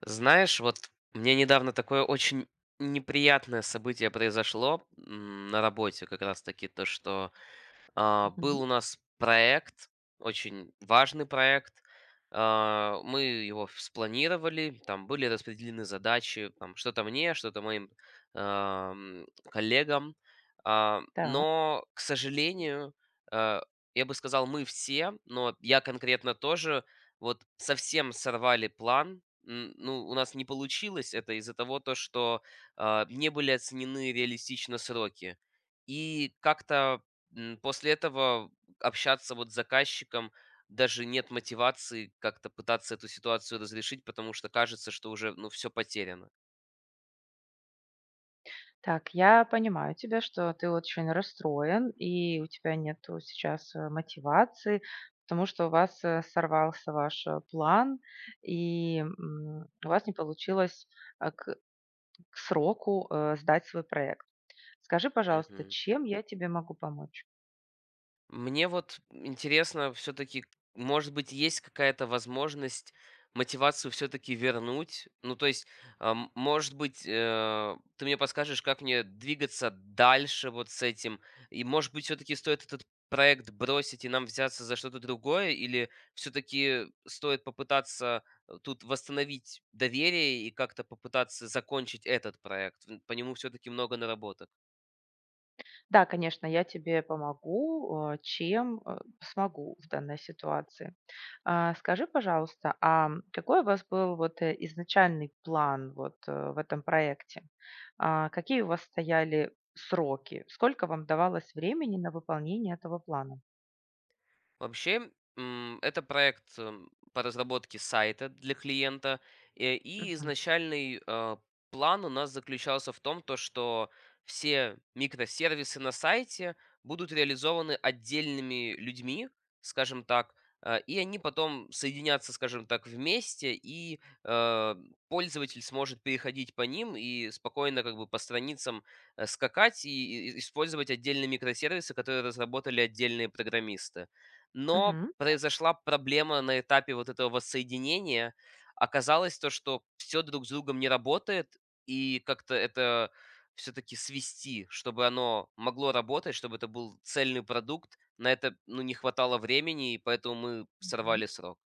Знаешь, вот мне недавно такое очень неприятное событие произошло на работе, как раз таки то, что был Мгм. у нас проект, очень важный проект. Мы его спланировали, там были распределены задачи, там что-то мне, что-то моим коллегам. А, Так, но, к сожалению, э, я бы сказал, мы все, но я конкретно тоже, вот совсем сорвали план. Ну, у нас не получилось это из-за того, то, что не были оценены реалистично сроки. И как-то после этого общаться вот с заказчиком даже нет мотивации как-то пытаться эту ситуацию разрешить, потому что кажется, что уже, ну, все потеряно. так, я понимаю тебя, что ты очень расстроен, и у тебя нету сейчас мотивации, потому что у вас сорвался ваш план, и у вас не получилось э, к, к сроку сдать свой проект. Скажи, пожалуйста, Мгм. чем я тебе могу помочь? Мне вот интересно, все-таки, может быть, есть какая-то возможность мотивацию все-таки вернуть? Ну, то есть, может быть, ты мне подскажешь, как мне двигаться дальше вот с этим? И, может быть, все-таки стоит этот проект бросить и нам взяться за что-то другое? Или все-таки стоит попытаться тут восстановить доверие и как-то попытаться закончить этот проект? По нему все-таки много наработок. Да, конечно, я тебе помогу, чем, смогу в данной ситуации. А, скажи, пожалуйста, а какой у вас был вот, изначальный план вот, в этом проекте? А, какие у вас стояли сроки? Сколько вам давалось времени на выполнение этого плана? Вообще, это проект по разработке сайта для клиента. И Мгм. изначальный план у нас заключался в том, то, что все микросервисы на сайте будут реализованы отдельными людьми, скажем так, и они потом соединятся, скажем так, вместе, и пользователь сможет переходить по ним и спокойно как бы по страницам скакать и использовать отдельные микросервисы, которые разработали отдельные программисты, но Мгм. произошла проблема на этапе вот этого воссоединения. Оказалось то, что все друг с другом не работает, и как-то это все таки свести, чтобы оно могло работать, чтобы это был цельный продукт. На это, ну, не хватало времени, и поэтому мы Мгм. сорвали срок.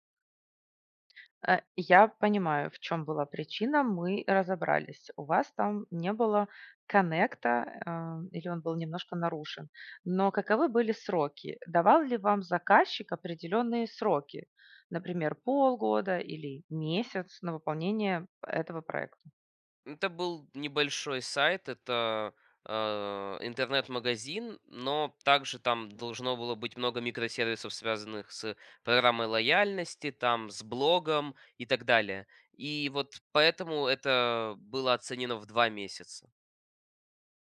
Я понимаю, в чем была причина, мы разобрались. У вас там не было коннекта, а, или он был немножко нарушен. Но каковы были сроки? Давал ли вам заказчик определенные сроки, например, полгода или месяц на выполнение этого проекта? Это был небольшой сайт, это интернет-магазин, но также там должно было быть много микросервисов, связанных с программой лояльности, там с блогом и так далее. И вот поэтому это было оценено в 2 месяца.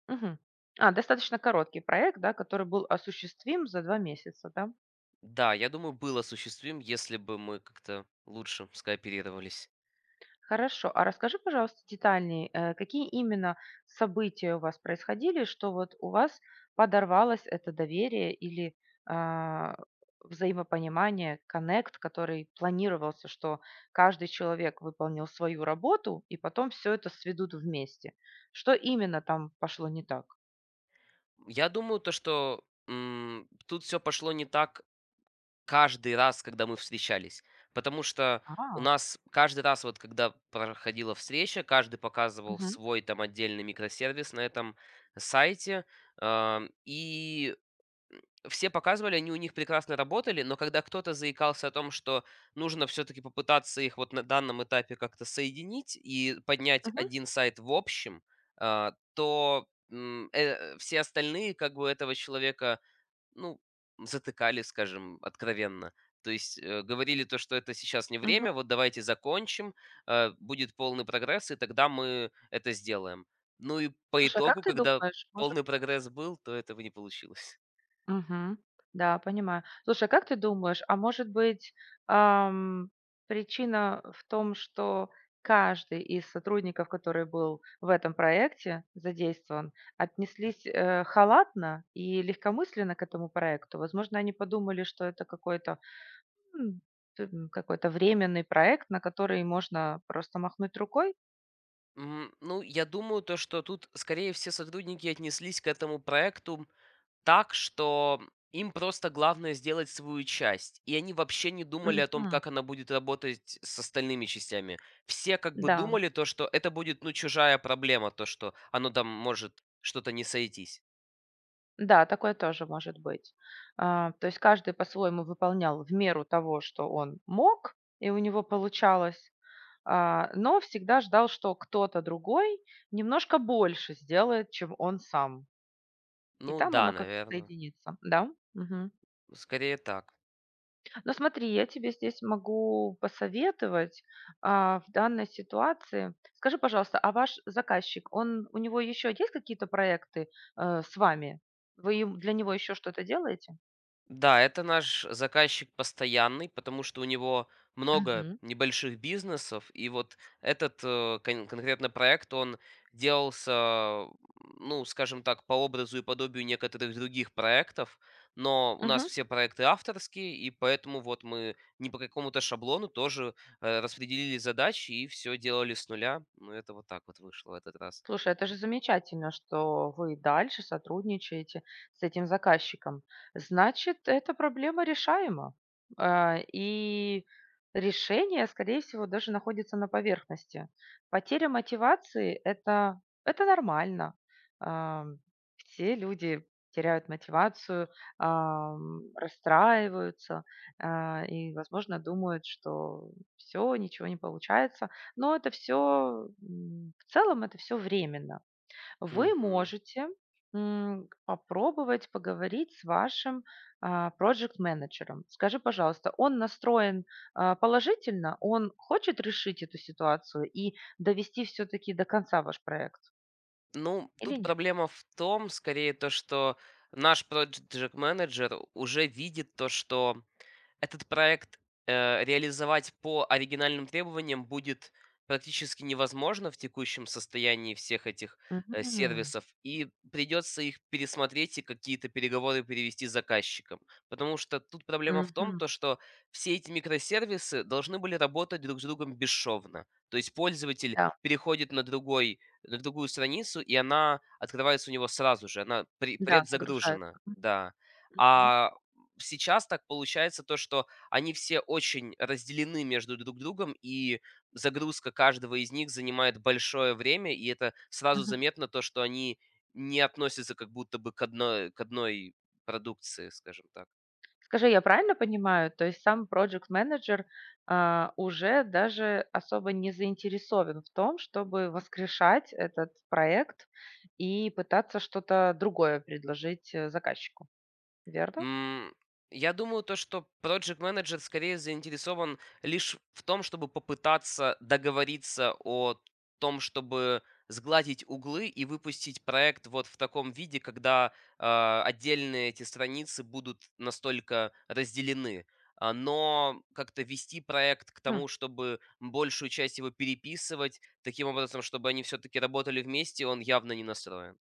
Мгм. А, достаточно короткий проект, да, который был осуществим за 2 месяца, да? Да, я думаю, был осуществим, если бы мы как-то лучше скооперировались. Хорошо. А расскажи, пожалуйста, детальнее, какие именно события у вас происходили, что вот у вас подорвалось это доверие или а, взаимопонимание, коннект, который планировался, что каждый человек выполнил свою работу, и потом все это сведут вместе. Что именно там пошло не так? Я думаю, то, что тут все пошло не так каждый раз, когда мы встречались. Потому что у А, нас каждый раз, вот когда проходила встреча, каждый показывал мгм, свой там отдельный микросервис на этом сайте. И все показывали, они у них прекрасно работали, но когда кто-то заикался о том, что нужно все-таки попытаться их вот на данном этапе как-то соединить и поднять мгм, один сайт в общем, то все остальные как бы этого человека, ну, затыкали, скажем, откровенно. То есть говорили то, что это сейчас не мгм. время, вот давайте закончим, будет полный прогресс, и тогда мы это сделаем. Ну и по Слушай, а как итогу, ты когда думаешь, может. полный прогресс был, то этого не получилось. Мгм. Да, понимаю. Слушай, а как ты думаешь, а может быть, ам, причина в том, что каждый из сотрудников, который был в этом проекте задействован, отнеслись, халатно и легкомысленно к этому проекту? Возможно, они подумали, что это м, какой-то временный проект, на который можно просто махнуть рукой? Ну, я думаю, то, что тут скорее все сотрудники отнеслись к этому проекту так, что им просто главное сделать свою часть. И они вообще не думали о том, Мгм. как она будет работать с остальными частями. Все как бы Да. думали то, что это будет, ну, чужая проблема, то, что оно там может что-то не сойтись. Да, такое тоже может быть. А, то есть каждый по-своему выполнял в меру того, что он мог, и у него получалось, но всегда ждал, что кто-то другой немножко больше сделает, чем он сам. И Ну там оно да, как-то наверное. соединится, да? Мгм. Скорее так. Но смотри, я тебе здесь могу посоветовать в данной ситуации. Скажи, пожалуйста, а ваш заказчик, он у него еще есть какие-то проекты с вами? Для него еще что-то делаете? Да, это наш заказчик постоянный, потому что у него много Мгм. небольших бизнесов, и вот этот конкретно проект, он делался, ну, скажем так, по образу и подобию некоторых других проектов, но у нас Мгм. все проекты авторские, и поэтому вот мы не по какому-то шаблону тоже распределили задачи и все делали с нуля. Ну, это вот так вот вышло в этот раз. Слушай, это же замечательно, что вы и дальше сотрудничаете с этим заказчиком. Значит, эта проблема решаема. И решение, скорее всего, даже находится на поверхности. Потеря мотивации — это нормально. Ам, Все люди теряют мотивацию, расстраиваются и, возможно, думают, что все, ничего не получается. Но это все, в целом, это все временно. Вы Мгм. можете, попробовать поговорить с вашим проект менеджером Скажи, пожалуйста, он настроен, положительно? Он хочет решить эту ситуацию и довести все таки до конца ваш проект Ну, или тут нет? проблема в том, скорее, то, что наш project менеджер уже видит то, что этот проект, реализовать по оригинальным требованиям будет практически невозможно в текущем состоянии всех этих, Мгм. сервисов, и придется их пересмотреть и какие-то переговоры перевести с заказчиком. Потому что тут проблема в том, Мгм. то что все эти микросервисы должны были работать друг с другом бесшовно. То есть пользователь Да, переходит на другой на другую страницу, и она открывается у него сразу же, она да, загружается. предзагружена, да. Мгм. А сейчас так получается то, что они все очень разделены между друг другом, и загрузка каждого из них занимает большое время, и это сразу Мгм. заметно то, что они не относятся как будто бы к одной продукции, скажем так. Скажи, я правильно понимаю, то есть сам проджект-менеджер, уже даже особо не заинтересован в том, чтобы воскрешать этот проект и пытаться что-то другое предложить, заказчику, верно? М, я думаю, то, что project менеджер скорее заинтересован лишь в том, чтобы попытаться договориться о том, чтобы сгладить углы и выпустить проект вот в таком виде, когда отдельные эти страницы будут настолько разделены. А, но как-то вести проект к М. тому, чтобы большую часть его переписывать, таким образом, чтобы они все-таки работали вместе, он явно не настроен.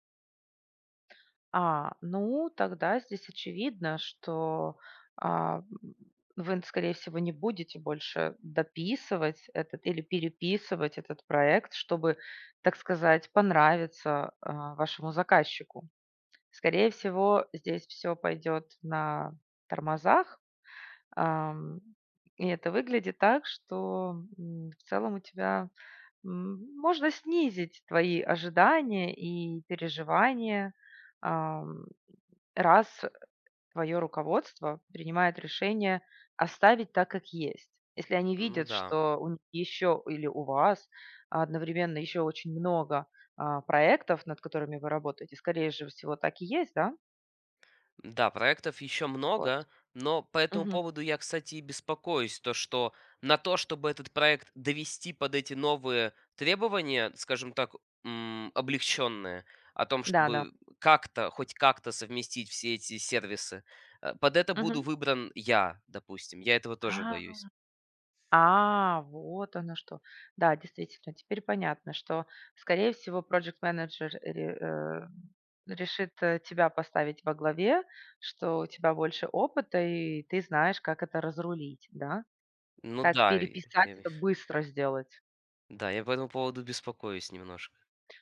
Ну тогда здесь очевидно, что, а, м, вы, скорее всего, не будете больше дописывать этот или переписывать этот проект, чтобы, так сказать, понравиться, вашему заказчику. Скорее всего, здесь все пойдет на тормозах, ам, и это выглядит так, что, в целом у тебя, можно снизить твои ожидания и переживания, ам, раз твое руководство принимает решение оставить так, как есть. Если они Ну видят, да. что у них еще или у вас одновременно еще очень много, проектов, над которыми вы работаете, скорее же всего так и есть, да? Да, проектов еще Вот. много, но по этому Мгм. поводу я, кстати, и беспокоюсь, то что на то, чтобы этот проект довести под эти новые требования, скажем так, облегченные, о том, Да-да. чтобы как-то, хоть как-то совместить все эти сервисы, под это буду Мгм. выбран я, допустим. Я этого тоже А, боюсь. Вот оно что. Да, действительно, теперь понятно, что, скорее всего, project менеджер решит, тебя поставить во главе, что у тебя больше опыта и ты знаешь, как это разрулить, да? Ну Как да, и- переписать и- это, быстро сделать. да, я по этому поводу беспокоюсь немножко.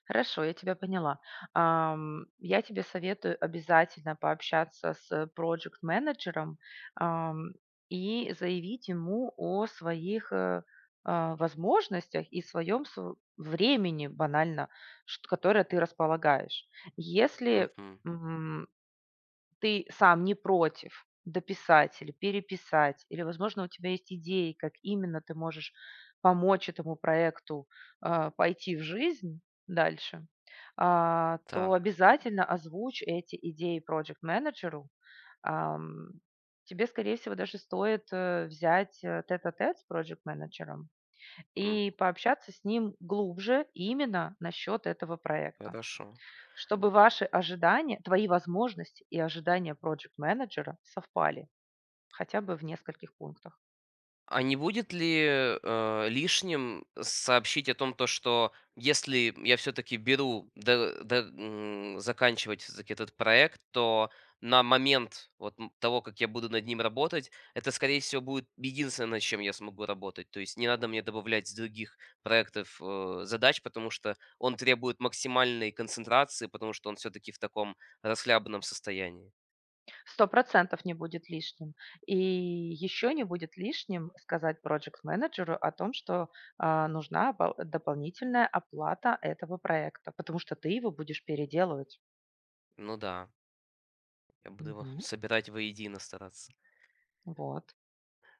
Хорошо, я тебя поняла. Я тебе советую обязательно пообщаться с проект менеджером и заявить ему о своих, возможностях и своем св времени банально, шт которое ты располагаешь. Если Мгм. ты сам не против дописать или переписать, или, возможно, у тебя есть идеи, как именно ты можешь помочь этому проекту, пойти в жизнь дальше, то Так, обязательно озвучь эти идеи project менеджеру. Ам, Тебе, скорее всего, даже стоит, взять, тет-а-тет с project менеджером м, и пообщаться с ним глубже именно насчет этого проекта. хорошо. Чтобы ваши ожидания, твои возможности и ожидания проджект-менеджера совпали хотя бы в нескольких пунктах. А не будет ли, лишним сообщить о том, то что если я все-таки беру да, заканчивать всё-таки этот проект, то на момент того, как я буду над ним работать, это, скорее всего, будет единственное, над чем я смогу работать. То есть не надо мне добавлять с других проектов, задач, потому что он требует максимальной концентрации, потому что он все-таки в таком расхлябанном состоянии. 100% не будет лишним. И еще не будет лишним сказать проджект-менеджеру о том, что нужна дополнительная оплата этого проекта, потому что ты его будешь переделывать. Ну да, я буду его Мгм. собирать воедино стараться. Вот.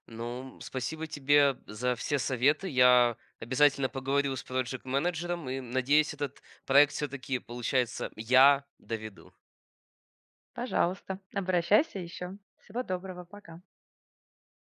Ну, спасибо тебе за все советы. Я обязательно поговорю с проект-менеджером и надеюсь, этот проект все-таки, получается, я доведу. Пожалуйста, обращайся еще. Всего доброго, пока.